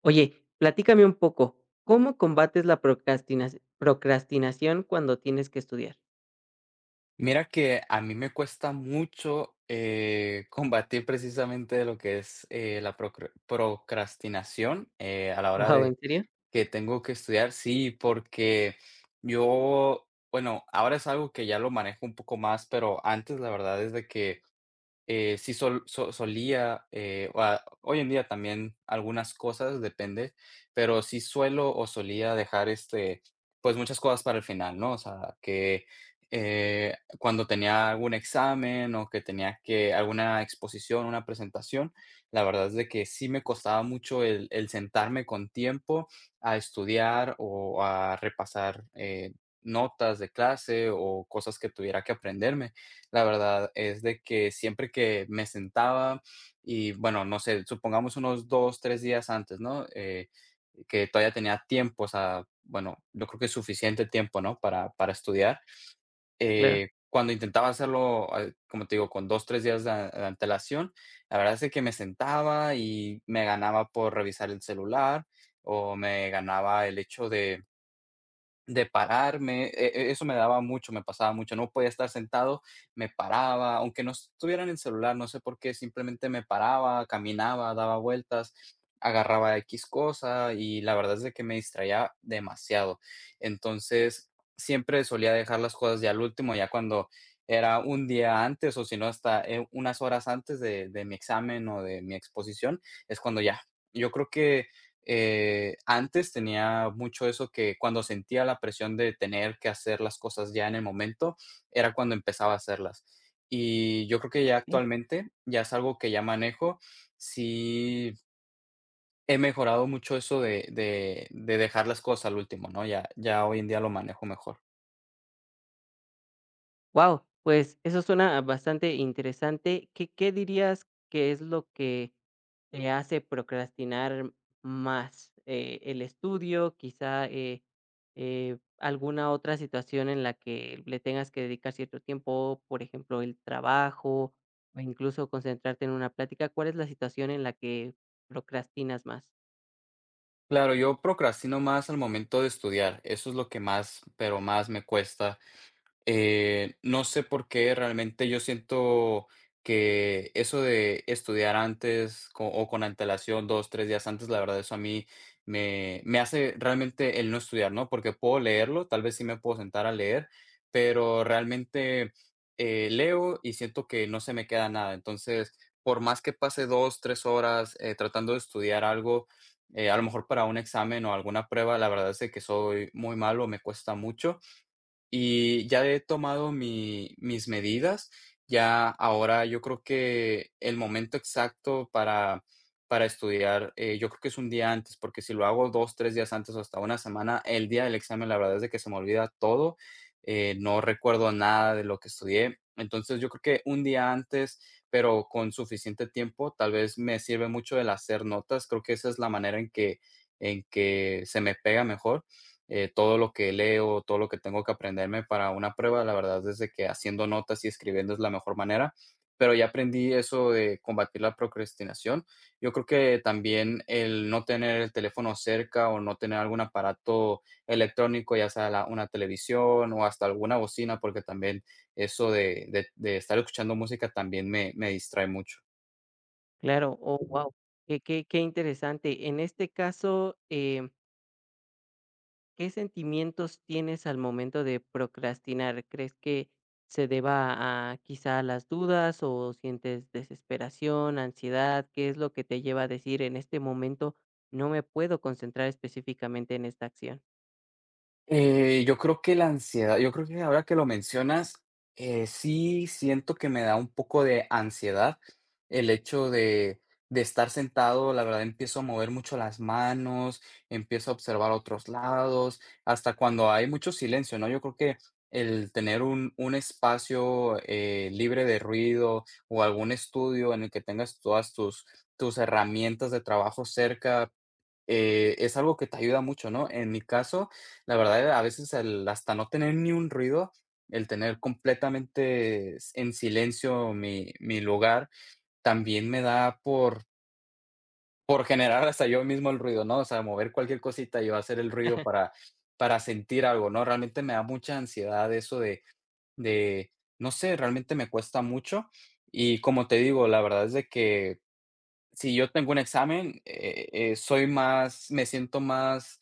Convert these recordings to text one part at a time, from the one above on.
Oye, platícame un poco, ¿cómo combates la procrastinación cuando tienes que estudiar? Mira que a mí me cuesta mucho, combatir precisamente lo que es, la procrastinación, a la hora Wow, ¿en de serio? que tengo que estudiar. Sí, porque yo, bueno, ahora es algo que ya lo manejo un poco más, pero antes la verdad es de que sí solía, o a hoy en día también algunas cosas, depende, pero sí suelo o solía dejar, este, pues, muchas cosas para el final, ¿no? O sea, que, cuando tenía algún examen o que tenía que alguna exposición, una presentación, la verdad es de que sí me costaba mucho el sentarme con tiempo a estudiar o a repasar, notas de clase o cosas que tuviera que aprenderme. La verdad es de que siempre que me sentaba y, bueno, no sé, supongamos unos 2 3 días antes, ¿no? Que todavía tenía tiempo, o sea, bueno, yo creo que suficiente tiempo, ¿no? Para estudiar. Claro. Cuando intentaba hacerlo, al como te digo, con 2 3 días de antelación, la verdad es de que me sentaba y me ganaba por revisar el celular, o me ganaba el hecho de pararme, eso me daba mucho, me pasaba mucho, no podía estar sentado, me paraba, aunque no estuviera en el celular, no sé por qué, simplemente me paraba, caminaba, daba vueltas, agarraba X cosa y la verdad es de que me distraía demasiado. Entonces, siempre solía dejar las cosas ya al último, ya cuando era un día antes o si no hasta, unas horas antes de mi examen o de mi exposición, es cuando ya. Yo creo que antes tenía mucho eso que cuando sentía la presión de tener que hacer las cosas ya en el momento, era cuando empezaba a hacerlas. Y yo creo que ya actualmente, ya es algo que ya manejo. Sí, he mejorado mucho eso de dejar las cosas al último, ¿no? Ya hoy en día lo manejo mejor. Wow, pues eso suena bastante interesante. ¿Qué dirías que es lo que te hace procrastinar más? ¿El estudio, quizá, alguna otra situación en la que le tengas que dedicar cierto tiempo, por ejemplo, el trabajo o incluso concentrarte en una plática? ¿Cuál es la situación en la que procrastinas más? Claro, yo procrastino más al momento de estudiar. Eso es lo que más, pero más me cuesta. No sé por qué realmente yo siento que eso de estudiar antes o con antelación, dos, tres días antes, la verdad, eso a mí me hace realmente el no estudiar, ¿no? Porque puedo leerlo, tal vez sí me puedo sentar a leer, pero realmente leo y siento que no se me queda nada. Entonces, por más que pase dos, tres horas tratando de estudiar algo, a lo mejor para un examen o alguna prueba, la verdad es de que soy muy malo, me cuesta mucho y ya he tomado mis medidas. Ya ahora yo creo que el momento exacto para estudiar, yo creo que es un día antes, porque si lo hago dos, tres días antes o hasta una semana, el día del examen, la verdad es de que se me olvida todo, no recuerdo nada de lo que estudié. Entonces yo creo que un día antes, pero con suficiente tiempo, tal vez me sirve mucho el hacer notas. Creo que esa es la manera en que se me pega mejor todo lo que leo, todo lo que tengo que aprenderme para una prueba, la verdad es de que haciendo notas y escribiendo es la mejor manera, pero ya aprendí eso de combatir la procrastinación. Yo creo que también el no tener el teléfono cerca o no tener algún aparato electrónico, ya sea una televisión o hasta alguna bocina, porque también eso de estar escuchando música también me distrae mucho. Claro, oh, wow, qué interesante. En este caso, ¿qué sentimientos tienes al momento de procrastinar? ¿Crees que se deba a quizá a las dudas o sientes desesperación, ansiedad? ¿Qué es lo que te lleva a decir en este momento no me puedo concentrar específicamente en esta acción? Yo creo que la ansiedad yo creo que ahora que lo mencionas, sí siento que me da un poco de ansiedad el hecho de estar sentado, la verdad empiezo a mover mucho las manos, empiezo a observar otros lados, hasta cuando hay mucho silencio, ¿no? Yo creo que el tener un espacio, libre de ruido o algún estudio en el que tengas todas tus herramientas de trabajo cerca, es algo que te ayuda mucho, ¿no? En mi caso, la verdad, a veces el hasta no tener ni un ruido, el tener completamente s en silencio mi lugar, también me da por generar hasta yo mismo el ruido, ¿no? O sea, mover cualquier cosita y yo hacer el ruido para sentir algo, ¿no? Realmente me da mucha ansiedad eso de, no sé, realmente me cuesta mucho. Y como te digo, la verdad es de que si yo tengo un examen, soy más me siento más,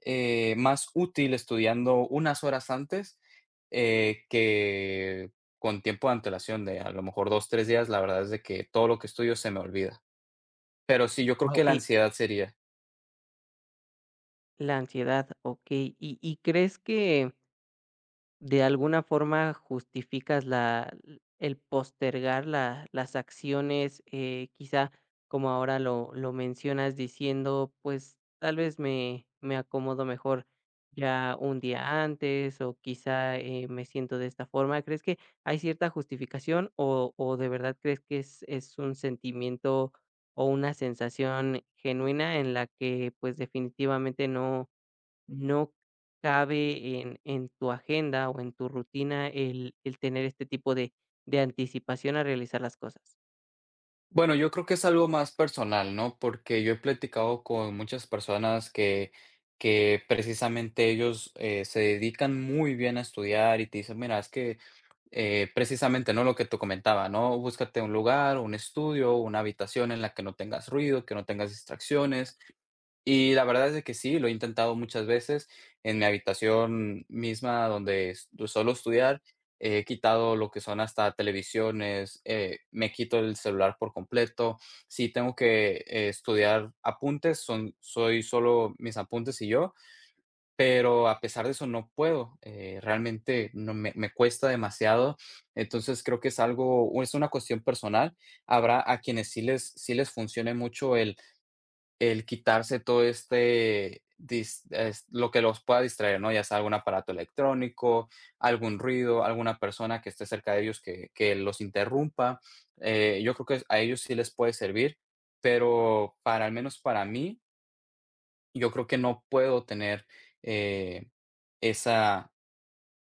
más útil estudiando unas horas antes, que con tiempo de antelación de a lo mejor 2 3 días, la verdad es de que todo lo que estudio se me olvida. Pero sí, yo creo Wao. que la Y ansiedad sería la ansiedad, ok. Y crees que ¿de alguna forma justificas la el postergar la las acciones, quizá, como ahora lo mencionas, diciendo, pues, tal vez me acomodo mejor ya un día antes, o quizá, me siento de esta forma? ¿Crees que hay cierta justificación, o de verdad crees que es un sentimiento o una sensación genuina en la que, pues, definitivamente no no cabe en tu agenda o en tu rutina el tener este tipo de anticipación a realizar las cosas? bueno, yo creo que es algo más personal, ¿no? Porque yo he platicado con muchas personas que precisamente ellos, se dedican muy bien a estudiar y te dicen: "Mira, es que precisamente, ¿no? Lo que te comentaba, ¿no? Búscate un lugar, un estudio, una habitación en la que no tengas ruido, que no tengas distracciones. Y la verdad es de que sí, lo he intentado muchas veces en mi habitación misma donde suelo estudiar. He quitado lo que son hasta televisiones, me quito el celular por completo. Si tengo que estudiar apuntes, soy solo mis apuntes y yo. Pero a pesar de eso no puedo, realmente no me cuesta demasiado. Entonces, creo que es una cuestión personal. Habrá a quienes sí les funcione mucho el quitarse todo este dis es lo que los pueda distraer, ¿no? Ya sea algún aparato electrónico, algún ruido, alguna persona que esté cerca de ellos que los interrumpa. Yo creo que a ellos sí les puede servir, pero para al menos para mí, yo creo que no puedo tener, eh, esa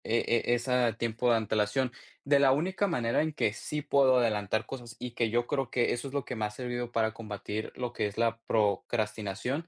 e esa tiempo de antelación. De la única manera en que sí puedo adelantar cosas, y que yo creo que eso es lo que me ha servido para combatir lo que es la procrastinación,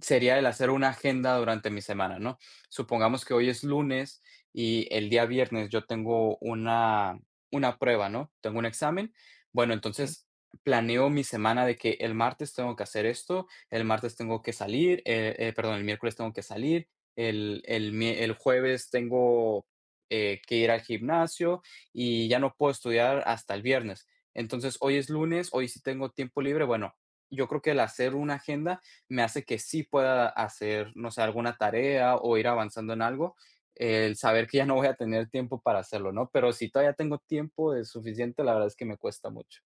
sería el hacer una agenda durante mi semana, ¿no? Supongamos que hoy es lunes y el día viernes yo tengo una prueba, ¿no? Tengo un examen. Bueno, Sí. entonces planeo mi semana de que el martes tengo que hacer esto, el martes tengo que salir, perdón, el miércoles tengo que salir, el jueves tengo que ir al gimnasio y ya no puedo estudiar hasta el viernes. Entonces, hoy es lunes, hoy sí tengo tiempo libre. Bueno, yo creo que el hacer una agenda me hace que sí pueda hacer, no sé, alguna tarea o ir avanzando en algo, el saber que ya no voy a tener tiempo para hacerlo, ¿no? Pero si todavía tengo tiempo es suficiente, la verdad es que me cuesta mucho.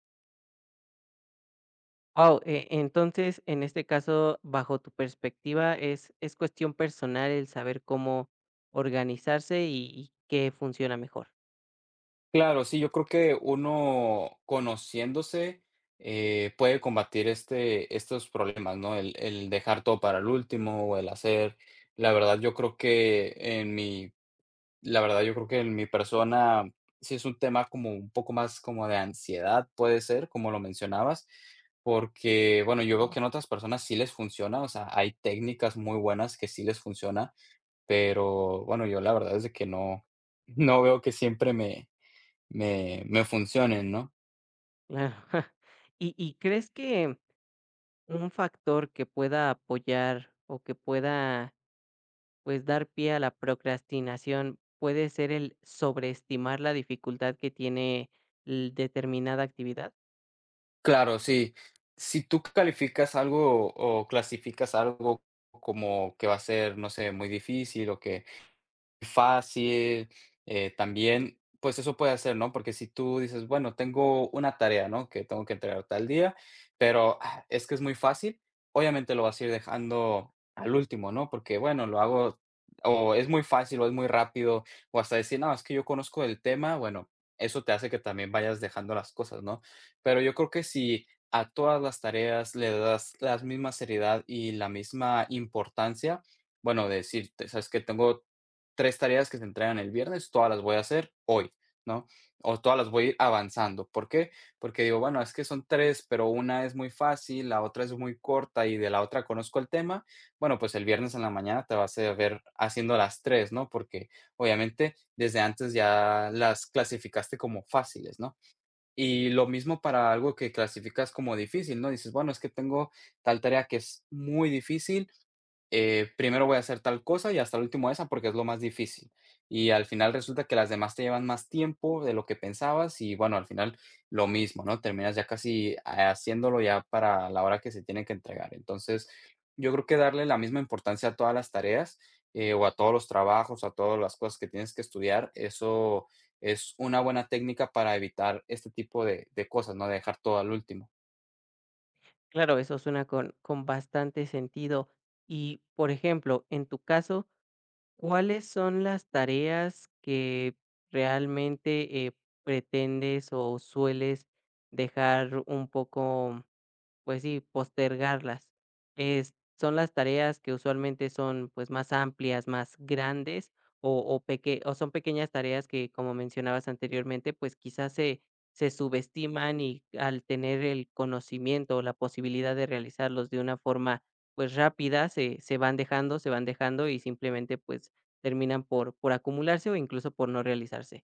Wow, entonces en este caso, bajo tu perspectiva, es cuestión personal el saber cómo organizarse y qué funciona mejor. Claro, sí, yo creo que uno conociéndose puede combatir estos problemas, ¿no? El dejar todo para el último o el hacer. La verdad, yo creo que en mi La verdad, yo creo que en mi persona sí es un tema como un poco más como de ansiedad, puede ser, como lo mencionabas, porque, bueno, yo veo que en otras personas sí les funciona, o sea, hay técnicas muy buenas que sí les funciona, pero bueno, yo la verdad es de que no, no veo que siempre me funcionen, ¿no? Claro. ¿Y, y crees que un factor que pueda apoyar o que pueda pues dar pie a la procrastinación puede ser el sobreestimar la dificultad que tiene determinada actividad? Claro, sí. Si tú calificas algo o clasificas algo como que va a ser, no sé, muy difícil o que fácil, también, pues eso puede hacer, ¿no? Porque si tú dices, bueno, tengo una tarea, ¿no? Que tengo que entregar tal día, pero ah, es que es muy fácil, obviamente lo vas a ir dejando al último, ¿no? Porque, bueno, lo hago o es muy fácil o es muy rápido o hasta decir, no, es que yo conozco el tema, bueno, eso te hace que también vayas dejando las cosas, ¿no? Pero yo creo que si a todas las tareas le das la misma seriedad y la misma importancia, bueno, decir, sabes que tengo 3 tareas que se entregan el viernes, todas las voy a hacer hoy, ¿no? O todas las voy a ir avanzando, ¿por qué? Porque digo, bueno, es que son 3 pero una es muy fácil, la otra es muy corta y de la otra conozco el tema. Bueno, pues el viernes en la mañana te vas a ver haciendo las tres, ¿no? Porque obviamente desde antes ya las clasificaste como fáciles, ¿no? Y lo mismo para algo que clasificas como difícil, ¿no? Dices, bueno, es que tengo tal tarea que es muy difícil, primero voy a hacer tal cosa y hasta el último esa porque es lo más difícil. Y al final resulta que las demás te llevan más tiempo de lo que pensabas y bueno, al final lo mismo, ¿no? Terminas ya casi haciéndolo ya para la hora que se tiene que entregar. Entonces, yo creo que darle la misma importancia a todas las tareas o a todos los trabajos, a todas las cosas que tienes que estudiar, eso es una buena técnica para evitar este tipo de cosas, no dejar todo al último. Claro, eso suena con bastante sentido. Y, por ejemplo, en tu caso, ¿cuáles son las tareas que realmente pretendes o sueles dejar un poco pues sí, postergarlas? Es son las tareas que usualmente son, pues, más amplias, más grandes, o son pequeñas tareas que, como mencionabas anteriormente, pues, quizás se subestiman y al tener el conocimiento o la posibilidad de realizarlos de una forma, pues, rápida, se van dejando, se van dejando y simplemente, pues, terminan por acumularse o incluso por no realizarse.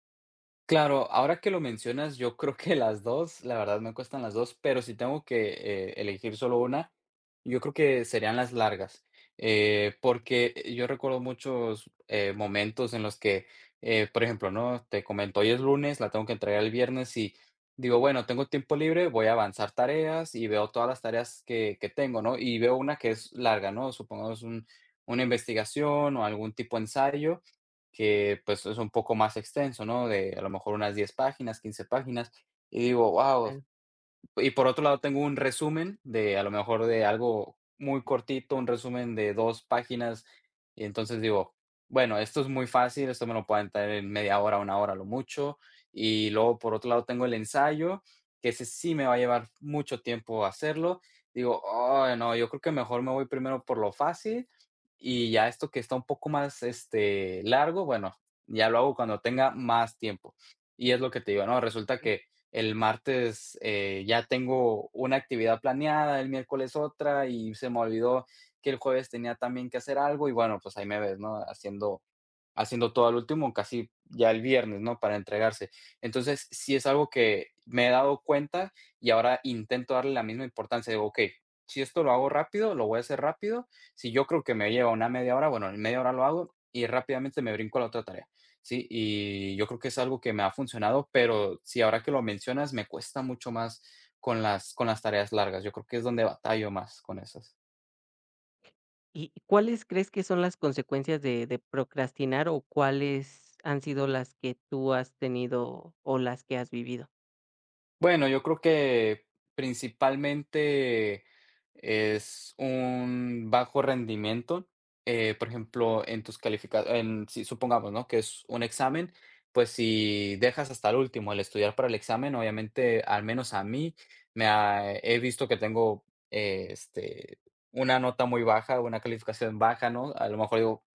Claro, ahora que lo mencionas, yo creo que las 2, la verdad me cuestan las 2, pero si tengo que, elegir solo una, yo creo que serían las largas, porque, yo recuerdo muchos, momentos en los que, por ejemplo, ¿no? Te comento, hoy es lunes, la tengo que entregar el viernes y digo: "Bueno, tengo tiempo libre, voy a avanzar tareas", y veo todas las tareas que tengo, ¿no? Y veo una que es larga, ¿no? Supongamos un una investigación o algún tipo de ensayo, que, pues, es un poco más extenso, ¿no? De a lo mejor unas 10 páginas, 15 páginas, y digo: wow. Y por otro lado, tengo un resumen de, a lo mejor, de algo muy cortito, un resumen de 2 páginas, y entonces digo: "Bueno, esto es muy fácil, esto me lo pueden aventar en media hora, una hora a lo mucho". Y luego, por otro lado, tengo el ensayo, que ese sí me va a llevar mucho tiempo hacerlo. Digo: "Ay, no, yo creo que mejor me voy primero por lo fácil, y ya esto que está un poco más, largo, bueno, ya lo hago cuando tenga más tiempo". Y es lo que te digo, ¿no? Resulta que el martes ya tengo una actividad planeada, el miércoles otra y se me olvidó que el jueves tenía también que hacer algo y bueno, pues ahí me ves, ¿no? Haciendo todo al último, casi ya el viernes, ¿no? Para entregarse. Entonces, sí es algo que me he dado cuenta y ahora intento darle la misma importancia. Digo, okey, si esto lo hago rápido, lo voy a hacer rápido. Si yo creo que me lleva una media hora, bueno, en media hora lo hago y rápidamente me brinco a la otra tarea, ¿sí? Y yo creo que es algo que me ha funcionado, pero sí, ahora que lo mencionas, me cuesta mucho más con las tareas largas. Yo creo que es donde batallo más con esas. ¿Y cuáles crees que son las consecuencias de procrastinar o cuáles han sido las que tú has tenido o las que has vivido? Bueno, yo creo que principalmente es un bajo rendimiento. Por ejemplo, en tus califica si supongamos, ¿no?, que es un examen, pues si dejas hasta el último el estudiar para el examen, obviamente, al menos a mí, me ha he visto que tengo, una nota muy baja, una calificación baja, ¿no? A lo mejor digo,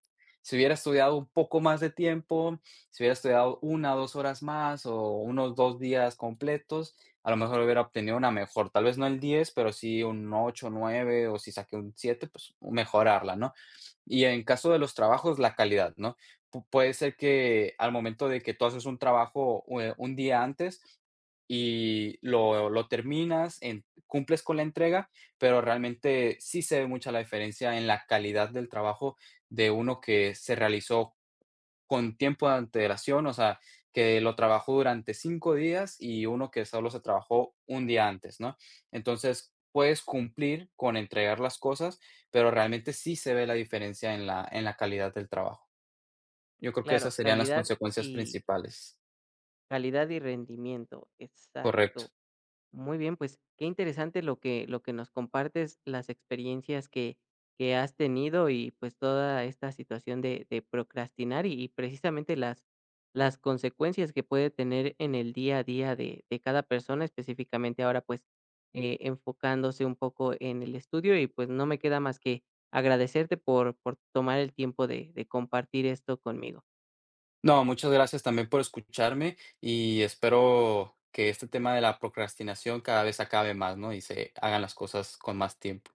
si hubiera estudiado un poco más de tiempo, si hubiera estudiado una, o 2 horas más o unos 2 días completos, a lo mejor hubiera obtenido una mejor, tal vez no el 10 pero sí un 8 9 o si saqué un 7 pues mejorarla, ¿no? Y en caso de los trabajos, la calidad, ¿no? Puede ser que al momento de que tú haces un trabajo un día antes y lo terminas, cumples con la entrega, pero realmente sí se ve mucha la diferencia en la calidad del trabajo de uno que se realizó con tiempo de antelación, o sea, que lo trabajó durante 5 días y uno que solo se trabajó un día antes, ¿no? Entonces, puedes cumplir con entregar las cosas, pero realmente sí se ve la diferencia en la calidad del trabajo. Yo creo que esas Claro, serían las calidad consecuencias y principales. calidad y rendimiento, Correcto. exacto. Muy bien, pues qué interesante lo que nos compartes, las experiencias que has tenido y pues toda esta situación de procrastinar y precisamente las consecuencias que puede tener en el día a día de cada persona, específicamente ahora pues enfocándose un poco en el estudio y pues no me queda más que agradecerte por tomar el tiempo de compartir esto conmigo. No, muchas gracias también por escucharme y espero que este tema de la procrastinación cada vez acabe más, ¿no? Y se hagan las cosas con más tiempo.